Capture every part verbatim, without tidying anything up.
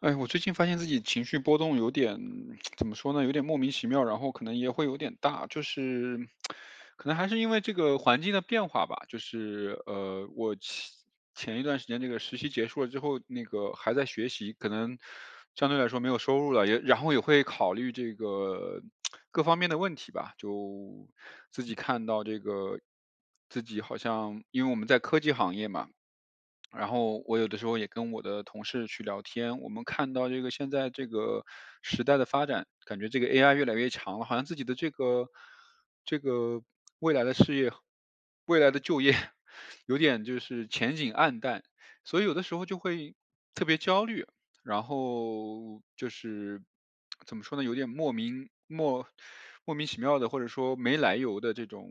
哎，我最近发现自己情绪波动有点，怎么说呢，有点莫名其妙，然后可能也会有点大，就是可能还是因为这个环境的变化吧。就是呃，我前前一段时间这个实习结束了之后，那个还在学习，可能相对来说没有收入了，也然后也会考虑这个各方面的问题吧。就自己看到这个自己好像，因为我们在科技行业嘛。然后我有的时候也跟我的同事去聊天，我们看到这个现在这个时代的发展，感觉这个 A I 越来越强了，好像自己的这个这个未来的事业、未来的就业 有点就是前景暗淡，所以有的时候就会特别焦虑。然后就是怎么说呢，有点莫名莫莫名其妙的，或者说没来由的这种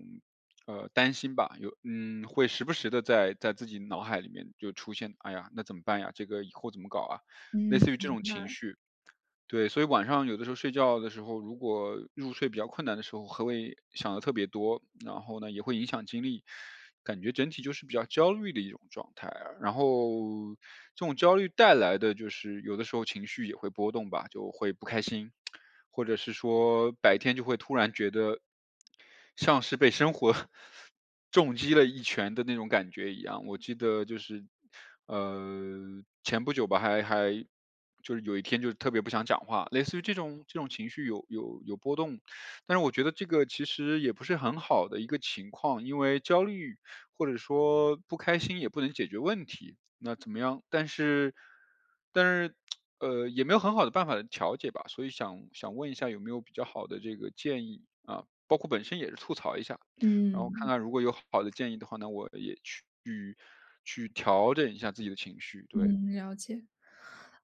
呃担心吧，有嗯会时不时的在在自己脑海里面就出现，哎呀，那怎么办呀？这个以后怎么搞啊？类嗯，似于这明种情白。绪，对，所以晚上有的时候睡觉的时候，如果入睡比较困难的时候，还会想的特别多，然后呢，也会影响精力，感觉整体就是比较焦虑的一种状态啊。然后这种焦虑带来的就是有的时候情绪也会波动吧，就会不开心。或者是说白天就会突然觉得，像是被生活 重击了一拳的那种感觉一样。我记得就是，呃，前不久吧，还还就是有一天就是特别不想讲话，类似于这种这种情绪有有有波动，但是我觉得这个其实也不是很好的一个情况，因为焦虑或者说不开心也不能解决问题。那怎么样？但是，但是呃，也没有很好的办法调节吧，所以想想问一下有没有比较好的这个建议啊？包括本身也是吐槽一下，然后看嗯，看如果有好的建议的话呢，我也去去调整一下自己的情绪，对，嗯，了解。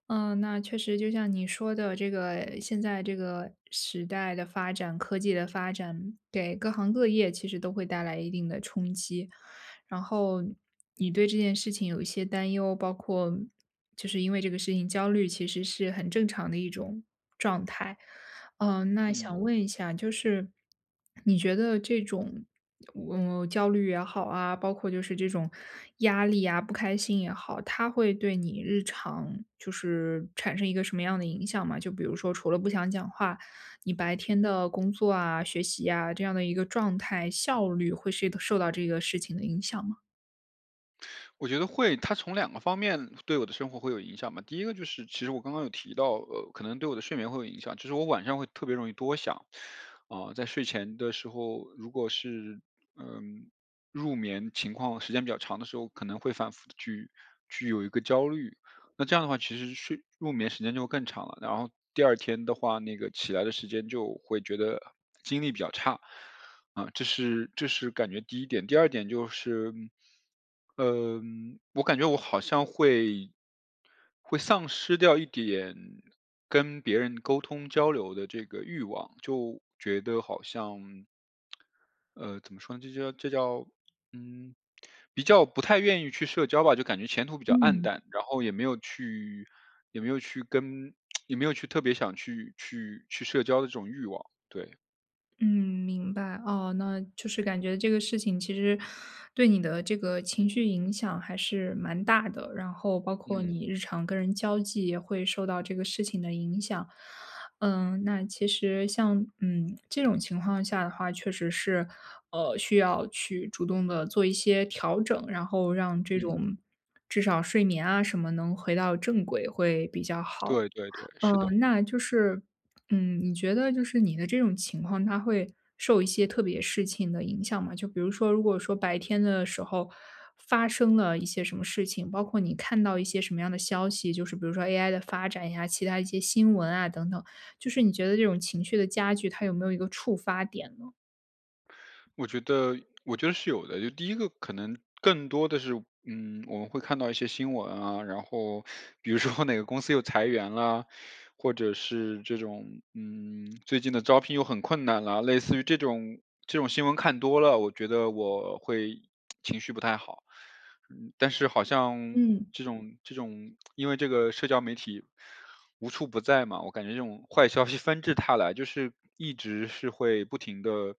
嗯，那确实就像你说的，这个现在这个时代的发展，科技的发展，给各行各业其实都会带来一定的冲击。然后你对这件事情有一些担忧，包括就是因为这个事情焦虑，其实是很正常的一种状态。嗯，那想嗯。问一下，就是你觉得这种，嗯，焦虑也好啊，包括就是这种压力啊、不开心也好，它会对你日常就是产生一个什么样的影响吗？就比如说，除了不想讲话，你白天的工作啊、学习啊这样的一个状态，效率会是受到这个事情的影响吗？我觉得会，它从两个方面对我的生活会有影响嘛。第一个就是，其实我刚刚有提到，呃，可能对我的睡眠会有影响，就是我晚上会特别容易多想，啊、在睡前的时候，如果是嗯、入眠情况时间比较长的时候，可能会反复的去去有一个焦虑。那这样的话，其实睡入眠时间就会更长了，然后第二天的话，那个起来的时间就会觉得精力比较差。啊，这是这是感觉第一点。第二点就是，嗯，我感觉我好像会会丧失掉一点跟别人沟通交流的这个欲望，就觉得好像，呃，怎么说呢？这叫这叫，嗯，比较不太愿意去社交吧，就感觉前途比较暗嗯，淡，然后也没有去也没有去跟 也没有去特别想去去去社交的这种欲望。对，嗯，明白。哦，那就是感觉这个事情其实对你的这个情绪影响还是蛮大的，然后包括嗯你日常跟人交际也会受到这个事情的影响。嗯，那其实像嗯这种情况下的话，确实是呃需要去主动的做一些调整，然后让这嗯。种至少睡眠啊什么能回到正轨会比较好。对对对，呃，是的，那就是，嗯，你觉得就是你的这种情况，它会受一些特别事情的影响吗？就比如说，如果说白天的时候发生了一些什么事情，包括你看到一些什么样的消息，就是比如说 A I 的发展呀，其他一些新闻啊等等，就是你觉得这种情绪的加剧，它有没有一个触发点呢？我觉得我觉得是有的。就第一个可能更多的是，嗯，我们会看到一些新闻啊，然后比如说哪个公司又裁员啦，或者是这种，嗯，最近的招聘又很困难啦，类似于这种这种新闻看多了，我觉得我会情绪不太好。嗯，但是好像嗯。这种这种因为这个社交媒体。无处不在嘛，我感觉这种坏消息纷至沓来，就是一直是会不停的，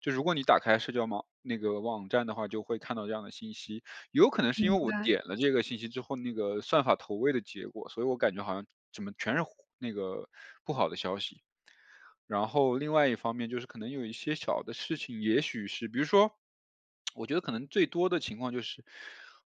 就如果你打开社交网那个网站的话，就会看到这样的信息。有可能是因为我点了这个信息之后，那个算法投喂的结果，所以我感觉好像怎么全是那个不好的消息。然后另外一方面就是可能有一些小的事情，也许是比如说，我觉得可能最多的情况就是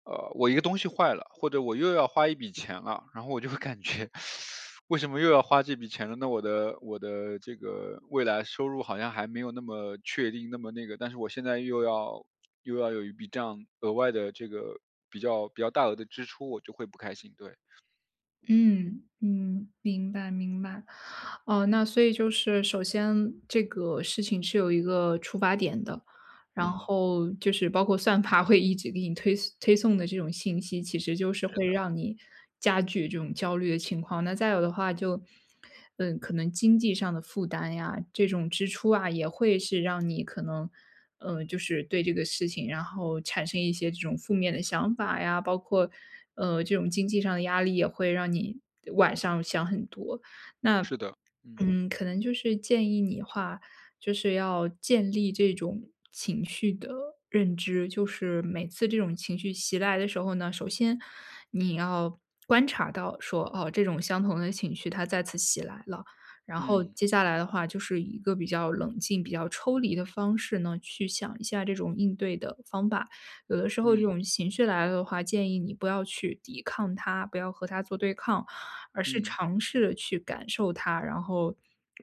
呃，我一个东西坏了，或者我又要花一笔钱了，然后我就会感觉，为什么又要花这笔钱了？那我的我的这个未来收入好像还没有那么确定，那么那个，但是我现在又要又要有一笔这样额外的这个比较比较大额的支出，我就会不开心。对，嗯嗯，明白明白。哦，那所以就是首先这个事情是有一个触发点的，然嗯，后就是包括算法会一直给你推推送的这种信息，其实就是是会的，让你加剧这种焦虑的情况。那再有的话就，嗯，可能经济上的负担呀，这种支出啊，也会是让你可能，呃，就是对这个事情，然后产生一些这种负面的想法呀，包括，呃，这种经济上的压力也会让你晚上想很多。那，是的，嗯嗯，可能就是建议你话，就是要建立这种情绪的认知，就是每次这种情绪袭来的时候呢，首先你要观察到说，哦，这种相同的情绪它再次袭来了，然后嗯接下来的话就是一个比较冷静、比较抽离的方式呢，去想一下这种应对的方法。有的时候这嗯种情绪来了的话，建议你不要去抵抗它，不要和它做对抗，而是嗯，尝试着去感受它，然后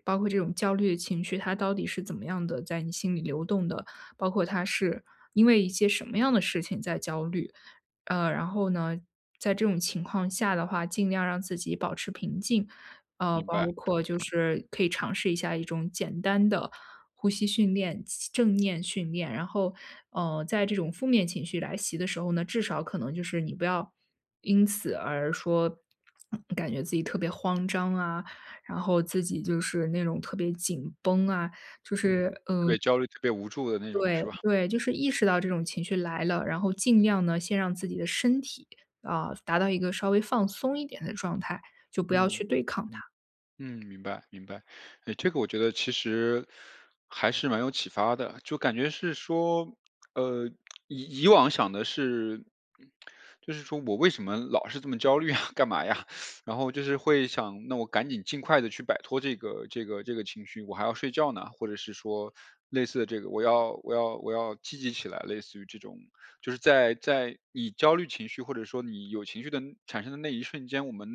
包括这种焦虑的情绪，它到底是怎么样的在你心里流动的，包括它是因为一些什么样的事情在焦虑。呃，然后呢，在这种情况下的话，尽量让自己保持平静，呃，包明白，括就是可以尝试一下一种简单的呼吸训练、气正念训练。然后，呃，在这种负面情绪来袭的时候呢，至少可能就是你不要因此而说感觉自己特别慌张啊，然后自己就是那种特别紧绷啊，就是嗯，嗯特呃，别焦虑，特别无助的那种，对是吧？对，就是意识到这种情绪来了，然后尽量呢先让自己的身体啊、达到一个稍微放松一点的状态，就不要嗯。去对抗它。嗯，明白明白。哎，这个我觉得其实还是蛮有启发的，就感觉是说，呃，以以往想的是，就是说我为什么老是这么焦虑啊，干嘛呀？然后就是会想，那我赶紧尽快的去摆脱这个这个这个情绪，我还要睡觉呢，或者是说类似的这个，我要我要我要积极起来，类似于这种就是在在你焦虑情绪或者说你有情绪的产生的那一瞬间，我们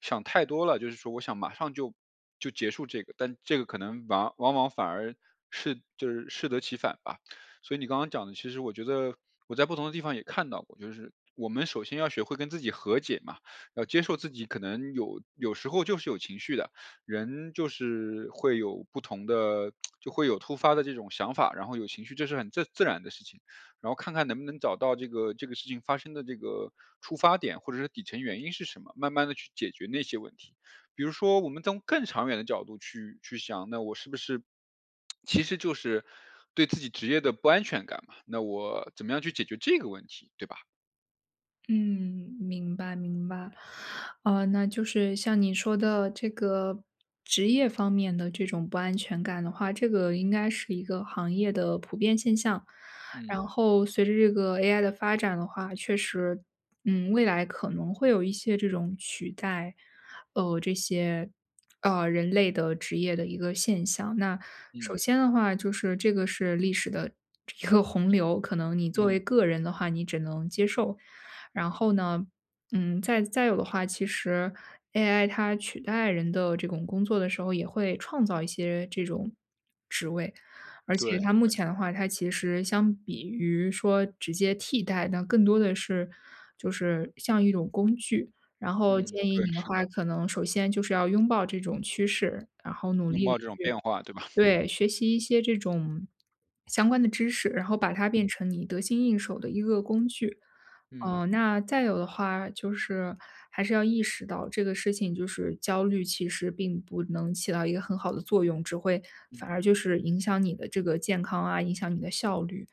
想太多了，就是说我想马上就就结束这个，但这个可能往往往反而是就是适得其反吧。所以你刚刚讲的，其实我觉得我在不同的地方也看到过，就是我们首先要学会跟自己和解嘛，要接受自己可能有有时候就是有情绪的，人就是会有不同的，就会有突发的这种想法，然后有情绪，这是很自自然的事情。然后看看能不能找到这个这个事情发生的这个出发点，或者是底层原因是什么，慢慢的去解决那些问题。比如说我们从更长远的角度去去想，那我是不是其实就是对自己职业的不安全感嘛，那我怎么样去解决这个问题，对吧？嗯，明白明白。呃，那就是像你说的这个职业方面的这种不安全感的话，这个应该是一个行业的普遍现象。然嗯，后随着这个 A I 的发展的话，确实，嗯，未来可能会有一些这种取代，呃，这些呃，人类的职业的一个现象。那首嗯，先的话，就是这个是历史的一个洪流，可能你作为嗯，个人的话，你只能接受。然后呢，嗯，再再有的话，其实 A I 它取代人的这种工作的时候，也会创造一些这种而且对它目对，前的话，它其实相比于说直接替代，那更多的是就是像一种工具。然后嗯，建议对，你的是话，的，可能首先就是要拥抱这种趋势，然后努拥力的抱这种去变化，对吧？嗯，对，学习一些这种相关的知识，然后把它变嗯，成你得心应手的一个工具。嗯，哦，那再有的话，就是还是要意识到这个事情，就是焦虑其实并不能起到一个很好的作用，只会反而嗯，就是影响你的这个健康啊，影响你的效率。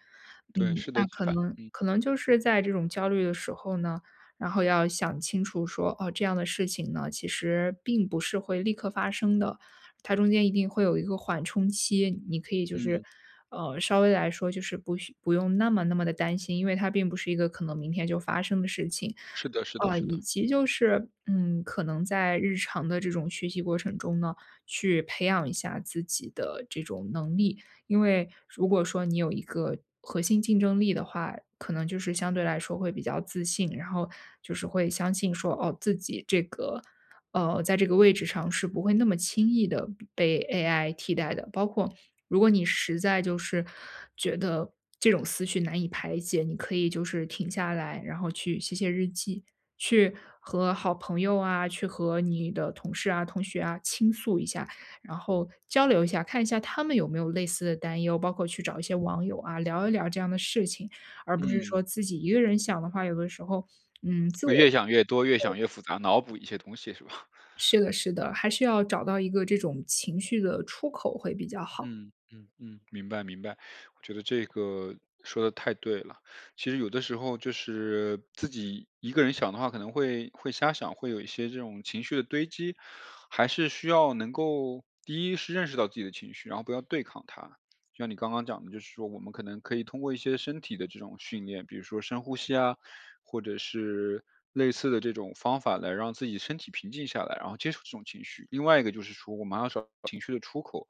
对，嗯，适得那其可反，能嗯，可能就是在这种焦虑的时候呢，然后要想清楚说，哦，这样的事情呢，其实并不是会立刻发生的，它中间一定会有一个缓冲期，你可以就嗯是，嗯，呃，稍微来说就是不需不用那么那么的担心，因为它并不是一个可能明天就发生的事情。是的是的啊，是以的，及就是，嗯，可能在日常的这种学习过程中呢，去培养一下自己的这种能力。因为如果说你有一个核心竞争力的话，可能就是相对来说会比较自信，然后就是会相信说，哦，自己这个，呃，在这个位置上是不会那么轻易的被 A I 替代的。包括如果你实在就是觉得这种思绪难以排解，你可以就是停下来，然后去写写日记，去和好朋友啊，去和你的同事啊、同学啊倾诉一下，然后交流一下，看一下他们有没有类似的担忧，包括去找一些网友啊聊一聊这样的事情，而不是嗯。说自己一个人想的话，有的时候，嗯，自我越想越多，越想越复杂，脑补一些东西是吧？是的，是的，还是要找到一个这种情绪的出口会比较好。嗯，嗯嗯。明白明白，我觉得这个说的太对了。其实有的时候就是自己一个人想的话，可能会会瞎想，会有一些这种情绪的堆积，还是需要能够第一是认识到自己的情绪，然后不要对抗它。就像你刚刚讲的，就是说我们可能可以通过一些身体的这种训练，比如说深呼吸啊，或者是类似的这种方法来让自己身体平静下来，然后接受这种情绪。另外一个就是说，我们要找情绪的出口，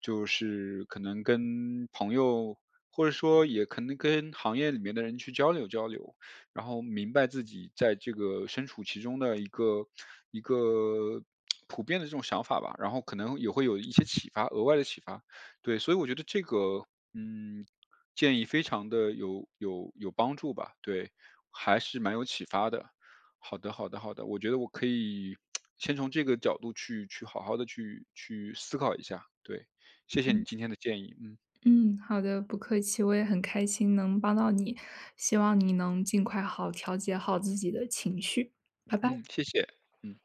就是可能跟朋友，或者说也可能跟行业里面的人去交流交流，然后明白自己在这个身处其中的一个一个普遍的这种想法吧，然后可能也会有一些启发，额外的启发。对，所以我觉得这个，嗯，建议非常的有有有帮助吧。对，还是蛮有启发的。好的，好的，好的，我觉得我可以先从这个角度去去好好的去去思考一下，对，谢谢你今天的建议，嗯，嗯，好的，不客气，我也很开心能帮到你，希望你能尽快好调节好自己的情绪，拜拜。嗯，谢谢，嗯。